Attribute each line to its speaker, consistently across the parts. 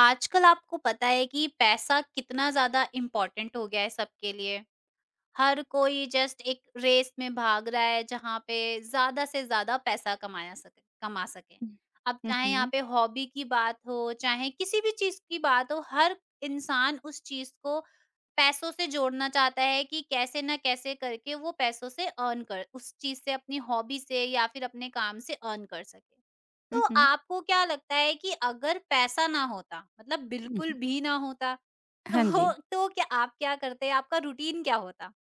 Speaker 1: आजकल आपको पता है कि पैसा कितना ज़्यादा इम्पोर्टेंट हो गया है सबके लिए। हर कोई जस्ट एक रेस में भाग रहा है जहाँ पे ज़्यादा से ज़्यादा पैसा कमा सके।
Speaker 2: हुँ,
Speaker 1: अब
Speaker 2: हुँ,
Speaker 1: चाहे यहाँ
Speaker 2: हुँ,
Speaker 1: पे हॉबी की बात हो, चाहे किसी भी चीज़ की बात हो, हर इंसान उस चीज़ को पैसों से जोड़ना चाहता है कि कैसे ना कैसे करके वो पैसों से अर्न कर उस चीज़ से अपनी हॉबी से या फिर अपने काम से अर्न कर सके।
Speaker 2: हुँ,
Speaker 1: तो
Speaker 2: हुँ,
Speaker 1: आपको क्या लगता है कि अगर पैसा ना होता मतलब बिल्कुल
Speaker 2: हुँ,
Speaker 1: भी ना होता
Speaker 2: हाँ
Speaker 1: तो
Speaker 2: जी।
Speaker 1: तो क्या आप क्या करते? आपका रूटीन क्या होता?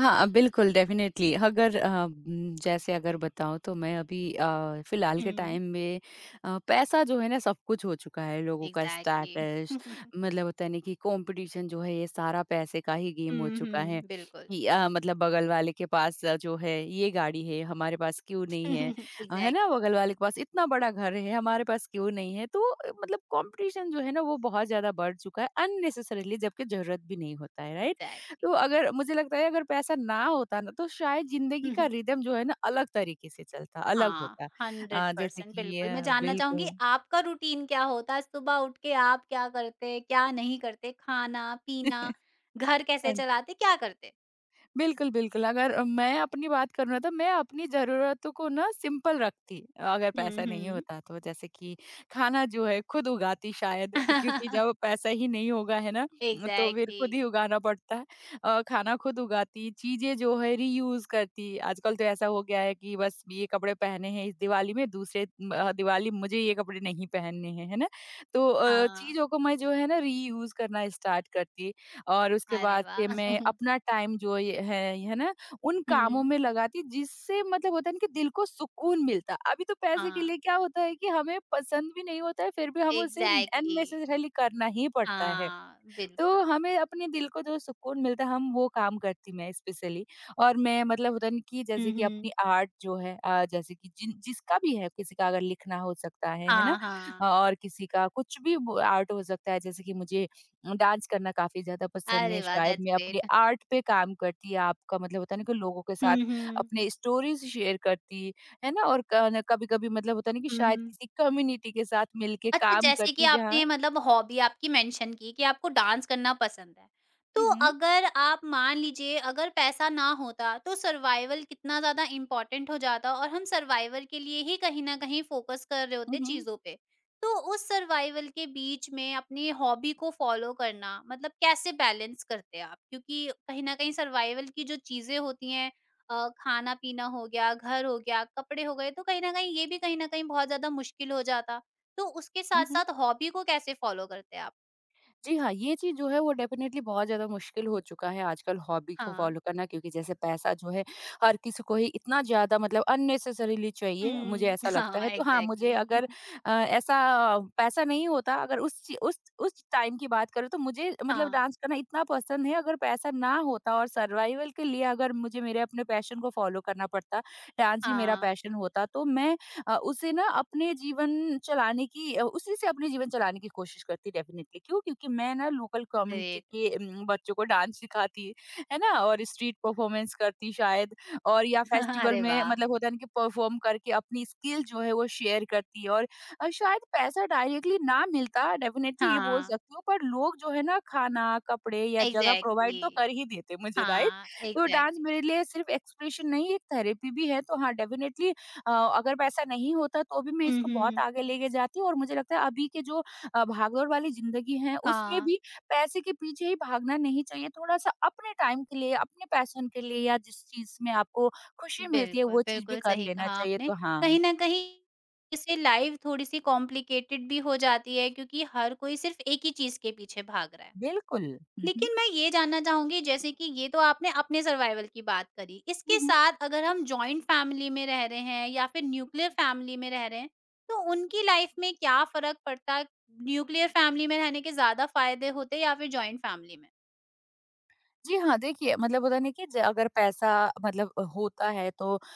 Speaker 2: हाँ, बिल्कुल डेफ़िनेटली अगर जैसे अगर बताऊँ तो मैं अभी फ़िलहाल के
Speaker 1: हुँ,
Speaker 2: टाइम में पैसा जो है ना सब कुछ हो चुका है। लोगों का
Speaker 1: एग्ज़ैक्टली।
Speaker 2: स्टेटस
Speaker 1: हुँ,
Speaker 2: मतलब होता है ना कि कॉम्पिटिशन जो है ये सारा पैसे का ही गेम
Speaker 1: हुँ,
Speaker 2: हो चुका है
Speaker 1: बिल्कुल।
Speaker 2: कि मतलब बगल वाले के पास जो है ये गाड़ी है, हमारे पास क्यों नहीं है? है ना?
Speaker 1: एग्ज़ैक्टली,
Speaker 2: बगल वाले के पास इतना बड़ा घर है, हमारे पास क्यों नहीं है? तो मतलब कॉम्पिटिशन जो है ना वो बहुत ज़्यादा बढ़ चुका है अननेसेसरीली जबकि ज़रूरत भी नहीं होता है, राइट?
Speaker 1: एग्ज़ैक्टली।
Speaker 2: तो अगर मुझे लगता है अगर पैसा ना होता ना तो शायद ज़िंदगी का रिदम जो है ना अलग तरीके से चलता, अलग
Speaker 1: हाँ,
Speaker 2: होता। जैसे
Speaker 1: 100%
Speaker 2: कि
Speaker 1: बिल्कुल, मैं जानना चाहूँगी
Speaker 2: बिल्कुल।
Speaker 1: आपका रूटीन क्या होता? सुबह उठ के आप क्या करते, क्या नहीं करते? खाना-पीना, घर कैसे
Speaker 2: हाँ जी।
Speaker 1: चलाते, क्या करते?
Speaker 2: बिल्कुल, बिल्कुल। अगर मैं अपनी बात करूँ ना तो मैं अपनी ज़रूरतों को ना सिंपल रखती अगर
Speaker 1: हुँ,
Speaker 2: पैसा नहीं
Speaker 1: हुँ।
Speaker 2: होता तो। जैसे कि खाना जो है खुद उगाती शायद क्योंकि जब पैसा ही नहीं होगा है ना, तो फिर
Speaker 1: एग्ज़ैक्टली,
Speaker 2: खुद ही उगाना पड़ता है। खाना खुद उगाती, चीज़ें जो है रीयूज़ करती। आजकल तो ऐसा हो गया है कि बस ये कपड़े पहने हैं इस दिवाली में दूसरे दिवाली मुझे ये कपड़े नहीं पहनने हैं, है ना? तो
Speaker 1: हाँ।
Speaker 2: चीज़ों को मैं जो है ना रीयूज़ करना स्टार्ट करती। और उसके
Speaker 1: अरे
Speaker 2: बाद
Speaker 1: वाह!
Speaker 2: से मैं अपना टाइम जो ये है ना, उन कामों
Speaker 1: हुँ,
Speaker 2: में लगाती जिससे मतलब होता है ना कि दिल को सुकून मिलता। अभी तो पैसे के
Speaker 1: हाँ,
Speaker 2: लिए क्या होता है कि हमें पसंद भी नहीं होता है, फिर भी हम उसे
Speaker 1: एग्ज़ैक्टली।
Speaker 2: अननेसेसरीली करना ही पड़ता है।
Speaker 1: हाँ, बिल्कुल।
Speaker 2: तो हमें अपने दिल को जो सुकून मिलता है हम वो काम करती मैं स्पेशली और मैं मतलब होता नहीं कि
Speaker 1: हुँ,
Speaker 2: जैसे कि अपनी
Speaker 1: हुँ।
Speaker 2: आर्ट जो है जैसे कि जिन जिसका भी है किसी का अगर लिखना हो सकता है ना
Speaker 1: हाँ, हाँ।
Speaker 2: और किसी का कुछ भी वो आर्ट हो सकता है जैसे कि मुझे डांस करना काफी ज्यादा पसंद है
Speaker 1: अरे वाह!
Speaker 2: शायद
Speaker 1: दैट्स
Speaker 2: मैं अपने
Speaker 1: ग्रेट।
Speaker 2: आर्ट पे काम करती है आपका मतलब होता नहीं कि लोगों के साथ
Speaker 1: हुँ, हुँ।
Speaker 2: अपने स्टोरीज शेयर करती है ना और कभी कभी मतलब होता नहीं कि
Speaker 1: हुँ,
Speaker 2: शायद
Speaker 1: हुँ।
Speaker 2: किसी कम्युनिटी के साथ मिलके
Speaker 1: अच्छा,
Speaker 2: काम
Speaker 1: जैसे कि
Speaker 2: करती जहाँ।
Speaker 1: आपने मतलब हॉबी आपकी मेंशन की कि आपको डांस करना पसंद है। तो
Speaker 2: हम्म,
Speaker 1: अगर आप मान लीजिए अगर पैसा ना होता तो सर्वाइवल कितना ज़्यादा इम्पोर्टेंट हो जाता और हम सर्वाइवल के लिए ही कहीं न कहीं फ़ोकस कर रहे होते
Speaker 2: हम्म, हम्म,
Speaker 1: चीज़ों पे। तो उस सर्वाइवल के बीच में अपनी हॉबी को फ़ॉलो करना मतलब कैसे बैलेंस करते आप? क्योंकि कहीं न कहीं सर्वाइवल की जो चीज़ें होती हैं खाना-पीना हो गया, घर हो गया, कपड़े हो गए, तो कहीं न कहीं ये भी कहीं न कहीं बहुत ज़्यादा मुश्किल हो जाता। तो उसके
Speaker 2: हम्म।
Speaker 1: साथ-साथ हॉबी को कैसे फ़ॉलो करते हैं आप?
Speaker 2: जी हाँ, ये चीज़ जो है वो डेफ़िनेटली बहुत ज़्यादा मुश्किल हो चुका है आजकल हॉबी को
Speaker 1: हाँ।
Speaker 2: फ़ॉलो करना क्योंकि जैसे पैसा जो है हर किसी को ही इतना ज़्यादा मतलब अननेसेसरीली चाहिए, मुझे
Speaker 1: हुँ।
Speaker 2: ऐसा लगता
Speaker 1: हाँ,
Speaker 2: है। तो हाँ, मुझे
Speaker 1: एग्ज़ैक्टली।
Speaker 2: अगर ऐसा पैसा नहीं होता अगर उस ची उस टाइम की बात करूँ तो मुझे मतलब
Speaker 1: हाँ,
Speaker 2: डांस करना इतना पसंद है अगर पैसा ना होता और सर्वाइवल के लिए अगर मुझे मेरे अपने पैशन को फ़ॉलो करना पड़ता, डांस ही मेरा
Speaker 1: हाँ,
Speaker 2: पैशन होता तो मैं उसे ना अपने जीवन चलाने की उसी से अपने जीवन चलाने की कोशिश करती डेफिनेटली क्यों? क्योंकि मैं ना लोकल कम्युनिटी
Speaker 1: ग्रेट।
Speaker 2: के बच्चों को डांस सिखाती, है ना? और स्ट्रीट परफॉर्मेंस करती शायद और या फेस्टिवल
Speaker 1: अरे
Speaker 2: में
Speaker 1: वाह!
Speaker 2: मतलब होता है ना कि परफॉर्म करके अपनी स्किल जो है वो शेयर करती है। और शायद पैसा डायरेक्टली ना मिलता डेफिनेटली ये बोल
Speaker 1: हाँ।
Speaker 2: सकती हूँ पर लोग जो है ना खाना, कपड़े या जगह प्रोवाइड
Speaker 1: एग्ज़ैक्टली।
Speaker 2: तो कर ही देते मुझे राइट?
Speaker 1: हाँ,
Speaker 2: तो डांस
Speaker 1: एग्ज़ैक्टली।
Speaker 2: मेरे लिए सिर्फ एक्सप्रेशन नहीं एक थेरेपी भी है तो हाँ डेफिनेटली अ, अगर पैसा नहीं होता तो भी मैं
Speaker 1: हुँ,
Speaker 2: इसको बहुत
Speaker 1: हुँ।
Speaker 2: आगे लेके जाती और मुझे लगता है अभी के जो भागदौड़ वाली ज़िंदगी है उसमें
Speaker 1: हाँ,
Speaker 2: भी पैसे के पीछे ही भागना नहीं चाहिए। थोड़ा-सा अपने टाइम के लिए, अपने पैशन के लिए या जिस चीज़ में आपको खुशी मिलती है
Speaker 1: बिल्कुल,
Speaker 2: वो चीज़ भी
Speaker 1: बिल्कुल
Speaker 2: कर
Speaker 1: सही
Speaker 2: लेना
Speaker 1: कहा
Speaker 2: चाहिए।
Speaker 1: आपने।
Speaker 2: तो हाँ,
Speaker 1: कहीं न कहीं इससे लाइफ़ थोड़ी-सी कॉम्प्लिकेटेड भी हो जाती है क्योंकि हर कोई सिर्फ़ एक ही चीज़ के पीछे भाग रहा है।
Speaker 2: बिल्कुल। हुँ, हुँ।
Speaker 1: लेकिन मैं ये जानना चाहूँगी जैसे कि ये तो आपने अपने सर्वाइवल की बात करी।
Speaker 2: हुँ,
Speaker 1: इसके
Speaker 2: हुँ।
Speaker 1: साथ अगर हम जॉइंट फैमिली में रह रहे हैं या फिर न्यूक्लियर फैमिली में रह रहे हैं, तो उनकी लाइफ़ में क्या फ़र्क पड़ता है? न्यूक्लियर फैमिली में रहने के ज़्यादा फ़ायदे होते हैं या फिर जॉइंट फैमिली में?
Speaker 2: जी हाँ, देखिए मतलब होता है ना कि ज अगर पैसा मतलब होता है तो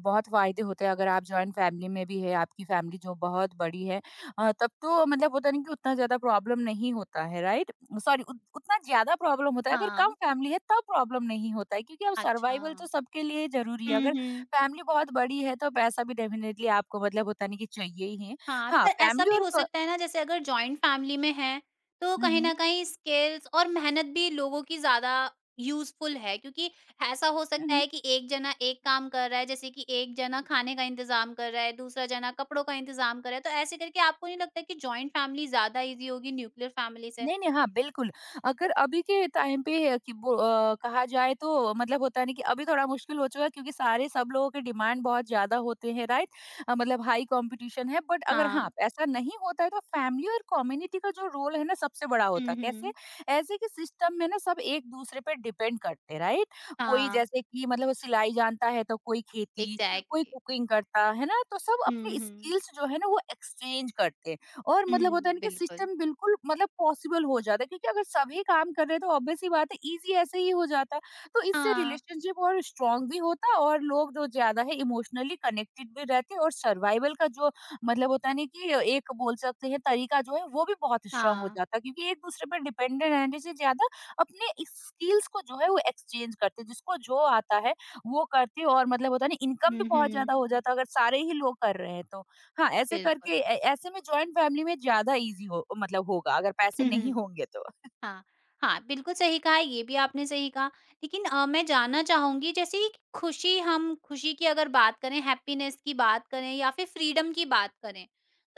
Speaker 2: बहुत फ़ायदे होते हैं अगर आप जॉइंट फैमिली में भी है, आपकी फैमिली जो बहुत बड़ी है तब तो मतलब होता नहीं कि उतना ज़्यादा प्रॉब्लम नहीं होता है, राइट? सॉरी उत उतना ज़्यादा प्रॉब्लम होता है, अगर कम
Speaker 1: हाँ।
Speaker 2: फैमिली है तब प्रॉब्लम नहीं होता है क्योंकि अब
Speaker 1: अच्छा।
Speaker 2: सर्वाइवल तो सबके लिए ज़रूरी है।
Speaker 1: हुँ,
Speaker 2: अगर
Speaker 1: हुँ।
Speaker 2: फैमिली बहुत बड़ी है तो पैसा भी डेफ़िनेटली आपको मतलब होता नहीं कि चाहिए ही है।
Speaker 1: हाँ,
Speaker 2: हाँ,
Speaker 1: पर ऐसा
Speaker 2: फैमिली
Speaker 1: भी
Speaker 2: और
Speaker 1: हो
Speaker 2: क
Speaker 1: सकता है ना जैसे अगर जॉइंट फैमिली में है, तो
Speaker 2: हुँ,
Speaker 1: कहीं
Speaker 2: हुँ।
Speaker 1: न कहीं स्किल्स और मेहनत भी लोगों की ज़्यादा यूज़फुल है क्योंकि ऐसा हो
Speaker 2: हुँ,
Speaker 1: सकता
Speaker 2: हुँ।
Speaker 1: है कि एक जना एक काम कर रहा है जैसे कि एक जना खाने का इंतज़ाम कर रहा है, दूसरा जना कपड़ों का इंतज़ाम कर रहा है, तो ऐसे करके आपको नहीं लगता कि जॉइंट फैमिली ज़्यादा ईज़ी होगी न्यूक्लियर फैमिली से?
Speaker 2: नहीं, नहीं, हाँ, बिल्कुल। अगर अभी के टाइम पे कहा जाए तो मतलब होता है ना कि अभी थोड़ा मुश्किल हो चुका है क्योंकि सारे सब लोगों के डिमांड बहुत ज़्यादा होते हैं, राइट? मतलब हाई कॉम्पिटिशन है बट अगर हाँ,
Speaker 1: हाँ।
Speaker 2: ऐसा नहीं होता है तो फैमिली और कम्युनिटी का जो रोल है ना सबसे बड़ा होता
Speaker 1: हुँ,
Speaker 2: है। कैसे?
Speaker 1: हुँ।
Speaker 2: ऐसे कि सिस्टम में ना सब एक-दूसरे पे डिपेंड करते, राइट? कोई
Speaker 1: हाँ,
Speaker 2: जैसे कि मतलब वो सिलाई जानता है तो कोई खेती, कोई
Speaker 1: एग्ज़ैक्टली।
Speaker 2: कुकिंग करता है ना? तो सब
Speaker 1: हुँ,
Speaker 2: अपनी
Speaker 1: हुँ।
Speaker 2: स्किल्स जो है ना वो एक्सचेंज करते। और
Speaker 1: हुँ,
Speaker 2: मतलब
Speaker 1: हुँ,
Speaker 2: होता है ना कि
Speaker 1: बिल्कुल।
Speaker 2: सिस्टम बिल्कुल मतलब पॉसिबल हो जाता है क्योंकि अगर सभी काम कर रहे हैं तो ऑब्वियस ही बात है इजी ऐसे ही हो जाता है तो इससे
Speaker 1: हाँ,
Speaker 2: रिलेशनशिप और स्ट्रांग भी होता है और लोग जो ज्यादा है इमोशनली कनेक्टेड भी रहते हैं और सर्वाइवल का जो मतलब होता है ना कि एक बोल सकते हैं तरीका जो है वो भी बहुत स्ट्रांग हो
Speaker 1: हाँ।
Speaker 2: जाता है क्योंकि एक दूसरे पर डिपेंडेंट रहने से ज्यादा अपने स्किल्स को जो है वो एक्सचेंज करते हैं जिसको जो आता है वो करते हैं और मतलब होता है ना इनकम भी
Speaker 1: हुँ,
Speaker 2: बहुत
Speaker 1: हुँ,
Speaker 2: ज्यादा हो जाता है अगर सारे ही लोग कर रहे हैं तो हाँ, ऐसे
Speaker 1: बिल्कुल।
Speaker 2: करके ए ऐसे में जॉइंट फैमिली में ज़्यादा ईज़ी हो मतलब होगा अगर पैसे नहीं होंगे तो।
Speaker 1: हाँ, हाँ, बिल्कुल सही कहा, ये भी आपने सही कहा। लेकिन मैं जानना चाहूँगी जैसे ये खुशी की अगर बात करें, हैप्पीनेस की बात करें या फिर फ्रीडम की बात करें,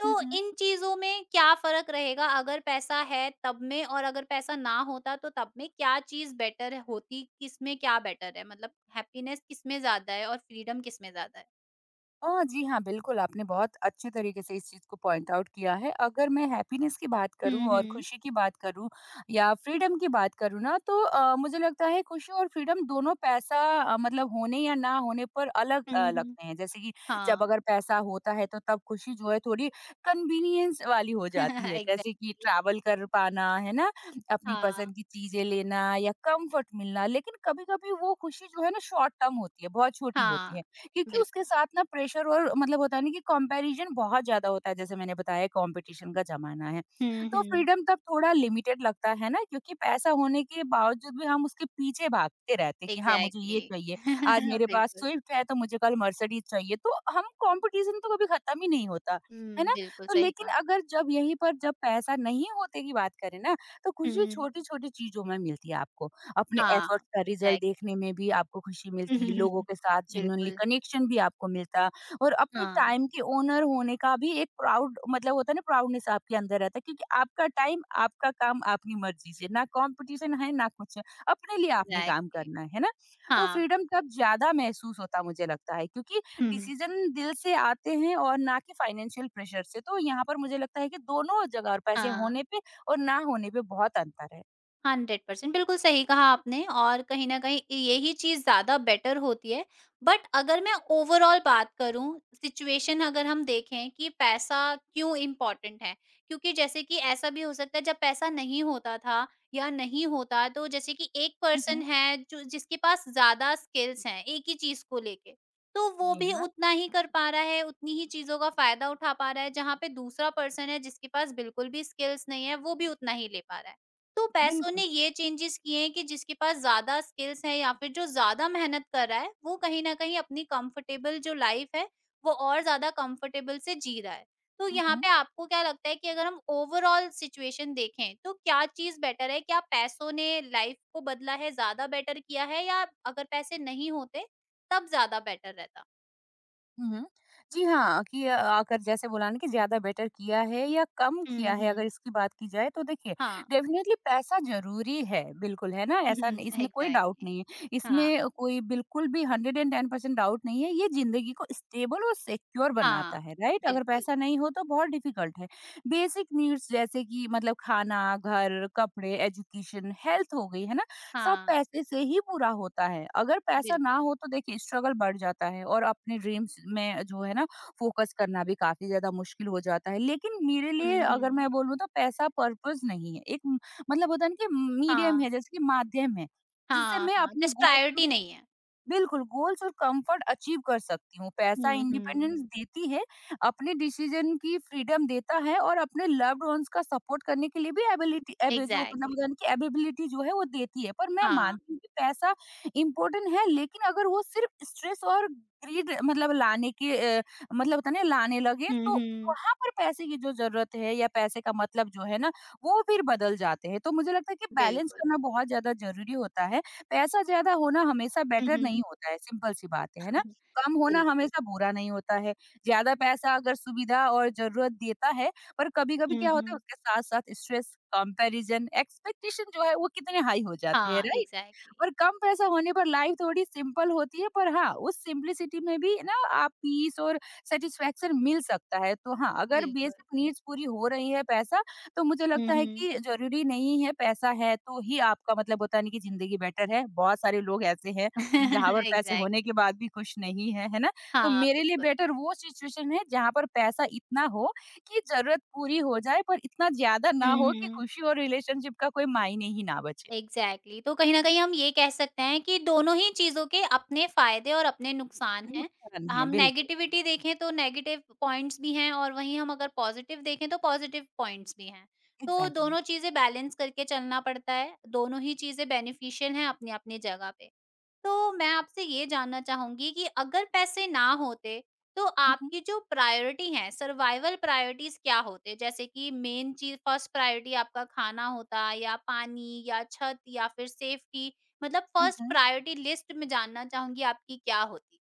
Speaker 1: तो इन चीज़ों में क्या फ़र्क रहेगा? अगर पैसा है तब में और अगर पैसा ना होता तो तब में क्या चीज़ बेटर होती? किसमें क्या बेटर है? मतलब हैप्पीनेस किसमें ज़्यादा है और फ्रीडम किसमें ज़्यादा है?
Speaker 2: जी हाँ, बिल्कुल, आपने बहुत अच्छे तरीके से इस चीज़ को पॉइंट आउट किया है। अगर मैं हैप्पीनेस की बात
Speaker 1: हुँ,
Speaker 2: करूँ और
Speaker 1: हुँ।
Speaker 2: खुशी की बात करूँ या फ्रीडम की बात करूँ ना, तो मुझे लगता है खुशी और फ्रीडम दोनों पैसा मतलब होने या ना होने पर अलग
Speaker 1: हुँ, हुँ।
Speaker 2: लगते हैं। जैसे कि जब
Speaker 1: हाँ,
Speaker 2: अगर पैसा होता है, तो तब खुशी जो है थोड़ी कन्वीनियंस वाली हो जाती है। जैसे कि
Speaker 1: एग्ज़ैक्टली।
Speaker 2: ट्रैवल कर पाना, है ना? अपनी
Speaker 1: हाँ,
Speaker 2: पसंद की चीज़ें लेना या कम्फर्ट मिलना। लेकिन कभी-कभी वो खुशी जो है ना शॉर्ट टर्म होती है, बहुत छोटी होती है।
Speaker 1: हाँ,
Speaker 2: क्योंकि उसके
Speaker 1: बिल्कुल।
Speaker 2: साथ ना प्रेशर और मतलब होता है ना कि कंपैरिजन बहुत ज्यादा होता है जैसे मैंने बताया कंपटीशन का जमाना है
Speaker 1: हुँ,
Speaker 2: तो
Speaker 1: हुँ।
Speaker 2: फ्रीडम तब थोड़ा लिमिटेड लगता है ना क्योंकि पैसा होने के बावजूद भी हम उसके पीछे भागते रहते हैं कि हाँ मुझे ये
Speaker 1: एग्ज़ैक्टली।
Speaker 2: चाहिए आज मेरे पास
Speaker 1: बिल्कुल।
Speaker 2: स्विफ्ट है तो मुझे कल मर्सिडीज चाहिए तो हम कंपटीशन तो कभी खत्म ही नहीं होता है
Speaker 1: हुँ,
Speaker 2: ना
Speaker 1: बिल्कुल
Speaker 2: तो
Speaker 1: सही
Speaker 2: लेकिन
Speaker 1: कहा।
Speaker 2: अगर जब यहीं पर जब पैसा नहीं होते की बात करें ना तो खुशी
Speaker 1: हुँ।
Speaker 2: छोटी छोटी चीजों में मिलती है आपको अपने
Speaker 1: हाँ,
Speaker 2: एफर्ट्स का रिजल्ट
Speaker 1: एग्ज़ैक्टली।
Speaker 2: देखने में भी आपको खुशी मिलती है, लोगों के साथ जेन्युइनली
Speaker 1: बिल्कुल,
Speaker 2: कनेक्शन भी आपको मिलता और अपने
Speaker 1: हाँ,
Speaker 2: टाइम के ओनर होने का भी एक प्राउड मतलब होता है ना प्राउडनेस आपके अंदर रहता है क्योंकि आपका टाइम आपका काम अपनी मर्जी से ना कंपटीशन है ना कुछ है, अपने लिए आपने काम
Speaker 1: एग्ज़ैक्टली।
Speaker 2: करना है ना तो
Speaker 1: हाँ,
Speaker 2: फ्रीडम
Speaker 1: बिल्कुल।
Speaker 2: तब ज्यादा महसूस होता मुझे लगता है क्योंकि
Speaker 1: हुँ, हुँ।
Speaker 2: डिसीजन दिल से आते हैं और ना कि फाइनेंशियल प्रेशर से तो यहाँ पर मुझे लगता है कि दोनों जगह और पैसे
Speaker 1: हाँ।
Speaker 2: होने पे और ना होने पे बहुत अंतर है।
Speaker 1: 100% बिल्कुल सही कहा आपने और कहीं न कहीं यही चीज़ ज़्यादा बेटर होती है। बट अगर मैं ओवरऑल बात करूँ, सिचुएशन अगर हम देखें कि पैसा क्यों इम्पोर्टेंट है? क्योंकि जैसे कि ऐसा भी हो सकता है जब पैसा नहीं होता था या नहीं होता तो जैसे कि एक पर्सन
Speaker 2: मम्म।
Speaker 1: है जो जिसके पास ज़्यादा स्किल्स हैं एक ही चीज़ को लेके, तो वो
Speaker 2: जी
Speaker 1: भी
Speaker 2: हाँ,
Speaker 1: उतना ही कर पा रहा है, उतनी ही चीज़ों का फ़ायदा उठा पा रहा है, जहाँ पे दूसरा पर्सन है जिसके पास बिल्कुल भी स्किल्स नहीं है, वो भी उतना ही ले पा रहा है। तो पैसों
Speaker 2: बिल्कुल।
Speaker 1: ने ये चेंजेस किए हैं कि जिसके पास ज़्यादा स्किल्स हैं या फिर जो ज़्यादा मेहनत कर रहा है, वो कहीं न कहीं अपनी कंफर्टेबल जो लाइफ़ है, वो और ज़्यादा कंफर्टेबल से जी रहा है। तो
Speaker 2: हुँ,
Speaker 1: यहाँ
Speaker 2: हुँ।
Speaker 1: पे आपको क्या लगता है कि अगर हम ओवरऑल सिचुएशन देखें, तो क्या चीज़ बेटर है? क्या पैसों ने लाइफ़ को बदला है, ज़्यादा बेटर किया है या अगर पैसे नहीं होते, तब ज़्यादा बेटर रहता?
Speaker 2: हुँ, हुँ। जी हाँ, कि आकर जैसे बोला ना कि ज़्यादा बेटर किया है या कम किया है
Speaker 1: उहुँ।
Speaker 2: अगर इसकी बात की जाए तो देखिए
Speaker 1: हाँ।
Speaker 2: डेफ़िनेटली पैसा ज़रूरी है, बिल्कुल, है ना? ऐसा
Speaker 1: उहुँ,
Speaker 2: नहीं इसमें कोई डाउट
Speaker 1: एग्ज़ैक्टली।
Speaker 2: नहीं है।
Speaker 1: हाँ,
Speaker 2: इसमें कोई बिल्कुल भी 110% डाउट नहीं है, ये ज़िंदगी को स्टेबल और सिक्योर बनाता
Speaker 1: हाँ,
Speaker 2: है, राइट? अगर
Speaker 1: बिल्कुल।
Speaker 2: पैसा नहीं हो तो बहुत डिफ़िकल्ट है। बेसिक नीड्स जैसे कि मतलब खाना, घर, कपड़े, एजुकेशन, हेल्थ हो गई, है ना? सब
Speaker 1: हाँ,
Speaker 2: पैसे से ही पूरा होता है। अगर पैसा ना
Speaker 1: बिल्कुल।
Speaker 2: हो तो देखिए स्ट्रगल बढ़ जाता है और अपने ड्रीम्स में जो है ना फ़ोकस करना भी काफ़ी ज़्यादा मुश्किल हो जाता है। लेकिन मेरे लिए
Speaker 1: हुँ,
Speaker 2: अगर
Speaker 1: हुँ।
Speaker 2: मैं बोलूँ तो पैसा पर्पस नहीं है। मतलब होता है ना कि मीडियम
Speaker 1: हाँ।
Speaker 2: है, जैसे कि माध्यम है, जिससे
Speaker 1: हाँ,
Speaker 2: मैं
Speaker 1: हाँ,
Speaker 2: अपने
Speaker 1: जस्ट
Speaker 2: गोल
Speaker 1: प्रायोरिटी नहीं है।
Speaker 2: बिल्कुल, गोल्स और कंफर्ट अचीव कर सकती हूँ। पैसा
Speaker 1: हुँ, हुँ।
Speaker 2: इंडिपेंडेंस देती है, अपने डिसीजन की फ्रीडम देता है और अपने लव्ड वन्स का सपोर्ट करने के लिए भी एबिलिटी एबि जो मतलब
Speaker 1: एग्ज़ैक्टली,
Speaker 2: यानी कि एबिलिटी जो है वो देती है। पर मैं
Speaker 1: हाँ।
Speaker 2: मानती हूँ कि पैसा इम्पोर्टेंट है, लेकिन अगर वो सिर्फ स्ट्रेस और ग्रीड मतलब लाने के मतलब होता है ना लाने लगे
Speaker 1: हुँ,
Speaker 2: तो
Speaker 1: हुँ।
Speaker 2: वहाँ पर पैसे की जो ज़रूरत है या पैसे का मतलब जो है ना, वो फिर बदल जाते हैं। तो मुझे लगता है कि बैलेंस
Speaker 1: बिल्कुल।
Speaker 2: करना बहुत ज़्यादा ज़रूरी होता है। पैसा ज़्यादा होना हमेशा
Speaker 1: हुँ,
Speaker 2: बेटर नहीं
Speaker 1: हुँ।
Speaker 2: होता है, सिंपल सी बात है ना? कम होना
Speaker 1: बिल्कुल।
Speaker 2: हमेशा बुरा नहीं होता है। ज़्यादा पैसा अगर सुविधा और ज़रूरत देता है, पर कभी-कभी
Speaker 1: हुँ,
Speaker 2: क्या होता है,
Speaker 1: हुँ।
Speaker 2: उसके साथ-साथ स्ट्रेस, कंपैरिज़न, एक्सपेक्टेशन जो है वो कितने हाई हो जाते हैं,
Speaker 1: हाँ,
Speaker 2: राइट?
Speaker 1: एग्ज़ैक्टली,
Speaker 2: और कम पैसा होने पर लाइफ थोड़ी सिंपल होती है, पर हाँ, उस सिंपलिसिटी में भी ना आप पीस और सैटिस्फैक्शन मिल सकता है। तो हाँ, अगर
Speaker 1: बिल्कुल।
Speaker 2: बेसिक नीड्स पूरी हो रही है पैसा तो मुझे
Speaker 1: हुँ, हुँ।
Speaker 2: लगता है
Speaker 1: एग्ज़ैक्टली,
Speaker 2: कि ज़रूरी नहीं है पैसा है तो ही आपका मतलब होता नहीं कि ज़िंदगी बेटर है। बहुत सारे लोग ऐसे हैं जहाँ पर पैसे होने के बाद भी खुश नहीं है, है ना? तो
Speaker 1: हाँ,
Speaker 2: मेरे लिए
Speaker 1: बिल्कुल।
Speaker 2: बेटर वो सिचुएशन है जहाँ पर पैसा इतना हो कि ज़रूरत पूरी हो जाए, पर इतना ज़्यादा ना
Speaker 1: हुँ,
Speaker 2: हो कि
Speaker 1: हुँ।
Speaker 2: खुशी और रिलेशनशिप का कोई मायने ही ना बचे।
Speaker 1: Exactly exactly. तो कहीं न कहीं हम ये कह सकते हैं कि दोनों ही चीज़ों के अपने फ़ायदे और अपने नुकसान
Speaker 2: ये
Speaker 1: हैं।
Speaker 2: कारण है,
Speaker 1: हम
Speaker 2: बिल्कुल।
Speaker 1: नेगेटिविटी देखें तो नेगेटिव पॉइंट्स भी हैं और वहीं हम अगर पॉज़िटिव देखें तो पॉज़िटिव पॉइंट्स भी हैं। तो
Speaker 2: Exactly.
Speaker 1: दोनों चीज़ें बैलेंस करके चलना पड़ता है। दोनों ही चीज़ें बेनिफिशियल हैं अपनी-अपनी जगह पे। तो मैं आपसे ये जानना चाहूँगी कि अगर पैसे ना होते, तो
Speaker 2: Mhm,
Speaker 1: आपकी जो प्रायोरिटी हैं, सर्वाइवल प्रायोरिटीज़ क्या होते? जैसे कि मेन चीज़ फर्स्ट प्रायोरिटी आपका खाना होता या पानी या छत या फिर सेफ्टी मतलब फर्स्ट
Speaker 2: mhm.
Speaker 1: प्रायोरिटी लिस्ट में जानना चाहूँगी आपकी क्या होती?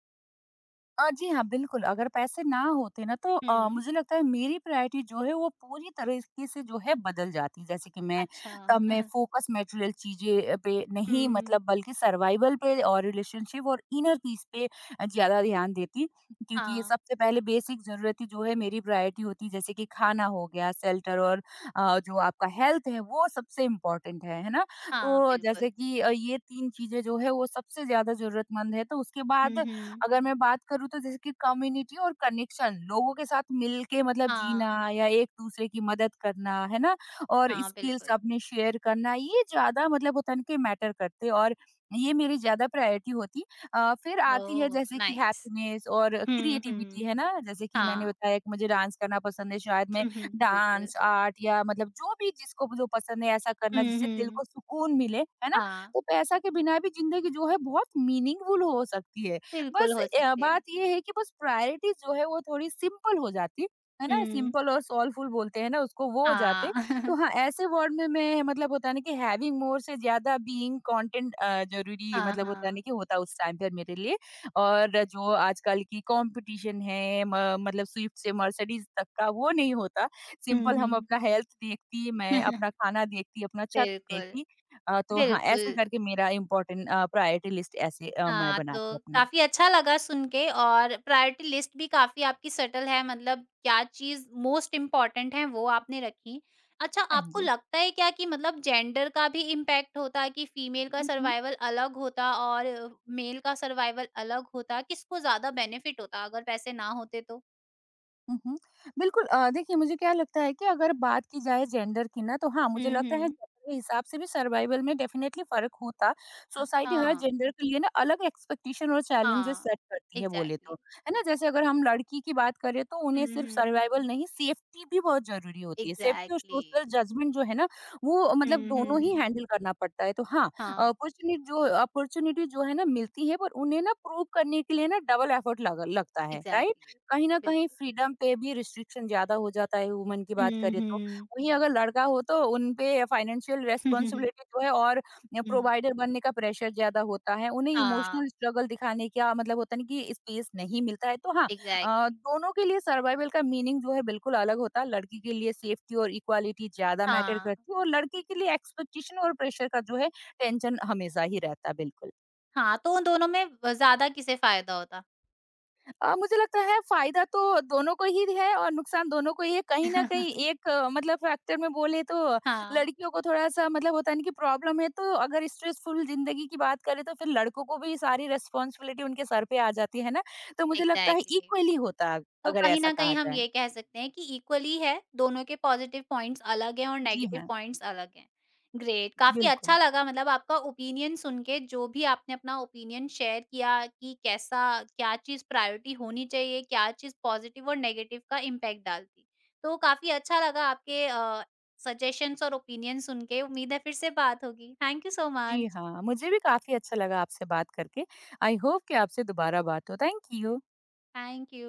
Speaker 2: जी हाँ, बिल्कुल, अगर पैसे ना होते ना तो
Speaker 1: हुँ,
Speaker 2: मुझे लगता है मेरी प्रायोरिटी जो है वो पूरी तरीके से जो है बदल जाती। जैसे कि मैं
Speaker 1: अच्छा।
Speaker 2: तब मैं फ़ोकस मटेरियल चीज़ें पे नहीं,
Speaker 1: हुँ।
Speaker 2: मतलब बल्कि सर्वाइवल पे और रिलेशनशिप और इनर पीस पे ज़्यादा ध्यान देती। क्योंकि ये
Speaker 1: हाँ,
Speaker 2: सबसे पहले बेसिक ज़रूरतें जो है मेरी प्रायोरिटी होती है, जैसे कि खाना हो गया, शेल्टर और जो आपका हेल्थ है वो सबसे इम्पोर्टेंट है ना?
Speaker 1: हाँ,
Speaker 2: तो जैसे
Speaker 1: बिल्कुल।
Speaker 2: कि ये 3 चीज़ें जो है वो सबसे ज़्यादा ज़रूरतमंद है, तो उसके
Speaker 1: हुँ,
Speaker 2: बाद
Speaker 1: हुँ।
Speaker 2: अगर मैं बात करूँ तो जैसे कि कम्युनिटी और कनेक्शन, लोगों के साथ मिल के मतलब
Speaker 1: हाँ,
Speaker 2: जीना या एक-दूसरे की मदद करना, है ना? और
Speaker 1: हाँ,
Speaker 2: स्किल्स
Speaker 1: बिल्कुल।
Speaker 2: अपने शेयर करना, ये ज़्यादा मतलब होता है ना कि मैटर करते, और ये मेरी ज़्यादा प्रायोरिटी होती। फिर आती है
Speaker 1: ओह!
Speaker 2: जैसे कि
Speaker 1: नाइस।
Speaker 2: हैप्पीनेस और
Speaker 1: हुँ,
Speaker 2: क्रिएटिविटी,
Speaker 1: हुँ।
Speaker 2: है ना? जैसे कि मैंने
Speaker 1: हाँ।
Speaker 2: बताया कि मुझे डांस करना पसंद है, शायद मैं
Speaker 1: बिल्कुल।
Speaker 2: डांस, आर्ट या मतलब जो भी जिसको जो पसंद है ऐसा करना
Speaker 1: हुँ,
Speaker 2: जिससे दिल
Speaker 1: हुँ।
Speaker 2: को सुकून मिले, है ना?
Speaker 1: हाँ।
Speaker 2: तो पैसा के बिना भी ज़िंदगी जो है बहुत मीनिंगफुल हो सकती है।
Speaker 1: बिल्कुल
Speaker 2: बस
Speaker 1: हो सकती है।
Speaker 2: बात ये है कि बस प्रायोरिटी जो है वो थोड़ी सिंपल हो जाती, है ना?
Speaker 1: हुँ।
Speaker 2: सिंपल और सोलफुल बोलते हैं ना उसको, वो हो जाते।
Speaker 1: हाँ।
Speaker 2: तो हाँ, ऐसे वर्ड में मैं मतलब होता है ना कि हैविंग मोर से ज़्यादा बीइंग कंटेंट ज़रूरी
Speaker 1: हाँ,
Speaker 2: मतलब होता है ना
Speaker 1: हाँ।
Speaker 2: कि होता उस टाइम पर मेरे लिए। और जो आजकल की कॉम्पिटिशन है म मतलब स्विफ्ट से मर्सिडीज़ तक का वो नहीं होता।
Speaker 1: हुँ,
Speaker 2: सिंपल हम
Speaker 1: हुँ।
Speaker 2: अपना हेल्थ देखती, मैं अपना खाना देखती, अपना छत
Speaker 1: बिल्कुल,
Speaker 2: देखती। तो हाँ, ऐसे
Speaker 1: बिल्कुल।
Speaker 2: करके मेरा इम्पोर्टेंट प्रायोरिटी लिस्ट ऐसे मैं
Speaker 1: हाँ,
Speaker 2: बनाती
Speaker 1: तो
Speaker 2: अपना।
Speaker 1: काफ़ी अच्छा लगा सुन के और प्रायोरिटी लिस्ट भी काफ़ी आपकी सटल है मतलब क्या चीज़ मोस्ट इम्पोर्टेंट है वो आपने रखी। अच्छा
Speaker 2: हाँ
Speaker 1: आपको
Speaker 2: जी।
Speaker 1: लगता है क्या कि मतलब जेंडर का भी इम्पैक्ट होता कि फीमेल का
Speaker 2: हुँ, हुँ।
Speaker 1: सर्वाइवल अलग होता और मेल का सर्वाइवल अलग होता? किसको ज़्यादा बेनिफिट होता अगर पैसे ना होते तो?
Speaker 2: हुँ, हुँ। बिल्कुल, देखिए मुझे क्या लगता है कि अगर बात की जाए जेंडर की ना, तो हाँ, मुझे
Speaker 1: हुँ,
Speaker 2: लगता है
Speaker 1: हुँ।
Speaker 2: जेंडर के हिसाब से भी सर्वाइवल में डेफ़िनेटली फ़र्क होता। सोसाइटी
Speaker 1: अच्छा।
Speaker 2: हर जेंडर के लिए ना अलग एक्सपेक्टेशन और चैलेंजेस
Speaker 1: हाँ,
Speaker 2: सेट करती है बोले तो।
Speaker 1: एग्ज़ैक्टली।
Speaker 2: है ना? जैसे अगर हम लड़की की बात करें तो उन्हें
Speaker 1: हुँ,
Speaker 2: सिर्फ़
Speaker 1: हुँ।
Speaker 2: सर्वाइवल नहीं, सेफ्टी भी बहुत ज़रूरी होती है। सेफ्टी और
Speaker 1: एग्ज़ैक्टली।
Speaker 2: सोशल जजमेंट जो है ना वो मतलब
Speaker 1: हुँ,
Speaker 2: दोनों ही
Speaker 1: हुँ।
Speaker 2: हैंडल करना पड़ता है। तो हाँ,
Speaker 1: हाँ,
Speaker 2: अपॉर्च्युनिटी जो है ना मिलती है, पर उन्हें ना प्रूव करने के लिए ना डबल एफर्ट लग लगता है, राइट?
Speaker 1: एग्ज़ैक्टली,
Speaker 2: कहीं न कहीं
Speaker 1: बिल्कुल।
Speaker 2: फ्रीडम पे भी रिस्ट्रिक्शन ज़्यादा हो जाता है वुमन की बात
Speaker 1: हुँ,
Speaker 2: करें तो।
Speaker 1: हुँ।
Speaker 2: वहीं अगर लड़का हो तो उनपे फाइनेंशियल
Speaker 1: हुँ।
Speaker 2: रिस्पॉन्सिबिलिटी जो है और प्रोवाइडर बनने का प्रेशर ज़्यादा होता है। उन्हें
Speaker 1: हाँ,
Speaker 2: इमोशनल स्ट्रगल दिखाने का मतलब होता है ना कि स्पेस नहीं मिलता है। तो हाँ,
Speaker 1: एग्ज़ैक्ट
Speaker 2: दोनों के लिए सर्वाइवल का मीनिंग जो है बिल्कुल अलग होता है। लड़की के लिए सेफ्टी और इक्वालिटी ज़्यादा मैटर
Speaker 1: हाँ,
Speaker 2: करती है और लड़के के लिए एक्सपेक्टेशन और प्रेशर का जो है टेंशन हमेशा ही रहता है, बिल्कुल।
Speaker 1: हाँ, तो उन दोनों में व ज़्यादा किसे फ़ायदा होता?
Speaker 2: मुझे लगता है फायदा तो दोनों को ही है और नुकसान दोनों को ही है। कहीं न कहीं एक मतलब फैक्टर में बोले तो
Speaker 1: हाँ,
Speaker 2: लड़कियों को थोड़ा-सा मतलब होता है ना कि प्रॉब्लम है, तो अगर स्ट्रेसफुल ज़िंदगी की बात करें तो फिर लड़कों को भी सारी रिस्पॉन्सिबिलिटी उनके सर पे आ जाती है ना? तो मुझे लगता है
Speaker 1: एग्ज़ैक्टली।
Speaker 2: इक्वली होता है
Speaker 1: तो
Speaker 2: अगर
Speaker 1: कहीं
Speaker 2: ऐसा
Speaker 1: न
Speaker 2: कहा
Speaker 1: कहीं हम
Speaker 2: जाए।
Speaker 1: ये कह सकते हैं कि इक्वली है, दोनों के पॉज़िटिव पॉइंट्स अलग हैं और
Speaker 2: जी
Speaker 1: नेगेटिव
Speaker 2: हाँ,
Speaker 1: पॉइंट्स अलग हैं। ग्रेट, काफ़ी
Speaker 2: बिल्कुल।
Speaker 1: अच्छा लगा मतलब आपका ओपिनियन सुन के, जो भी आपने अपना ओपिनियन शेयर किया कि कैसा क्या चीज़ प्रायोरिटी होनी चाहिए, क्या चीज़ पॉज़िटिव और नेगेटिव का इम्पैक्ट डालती। तो काफ़ी अच्छा लगा आपके सजेशंस और ओपिनियन सुन के, उम्मीद है फिर से बात होगी। थैंक यू सो
Speaker 2: जी
Speaker 1: मच।
Speaker 2: हाँ, मुझे भी काफ़ी अच्छा लगा आपसे बात करके। आई होप कि आपसे दोबारा बात हो। Thank you.
Speaker 1: Thank you.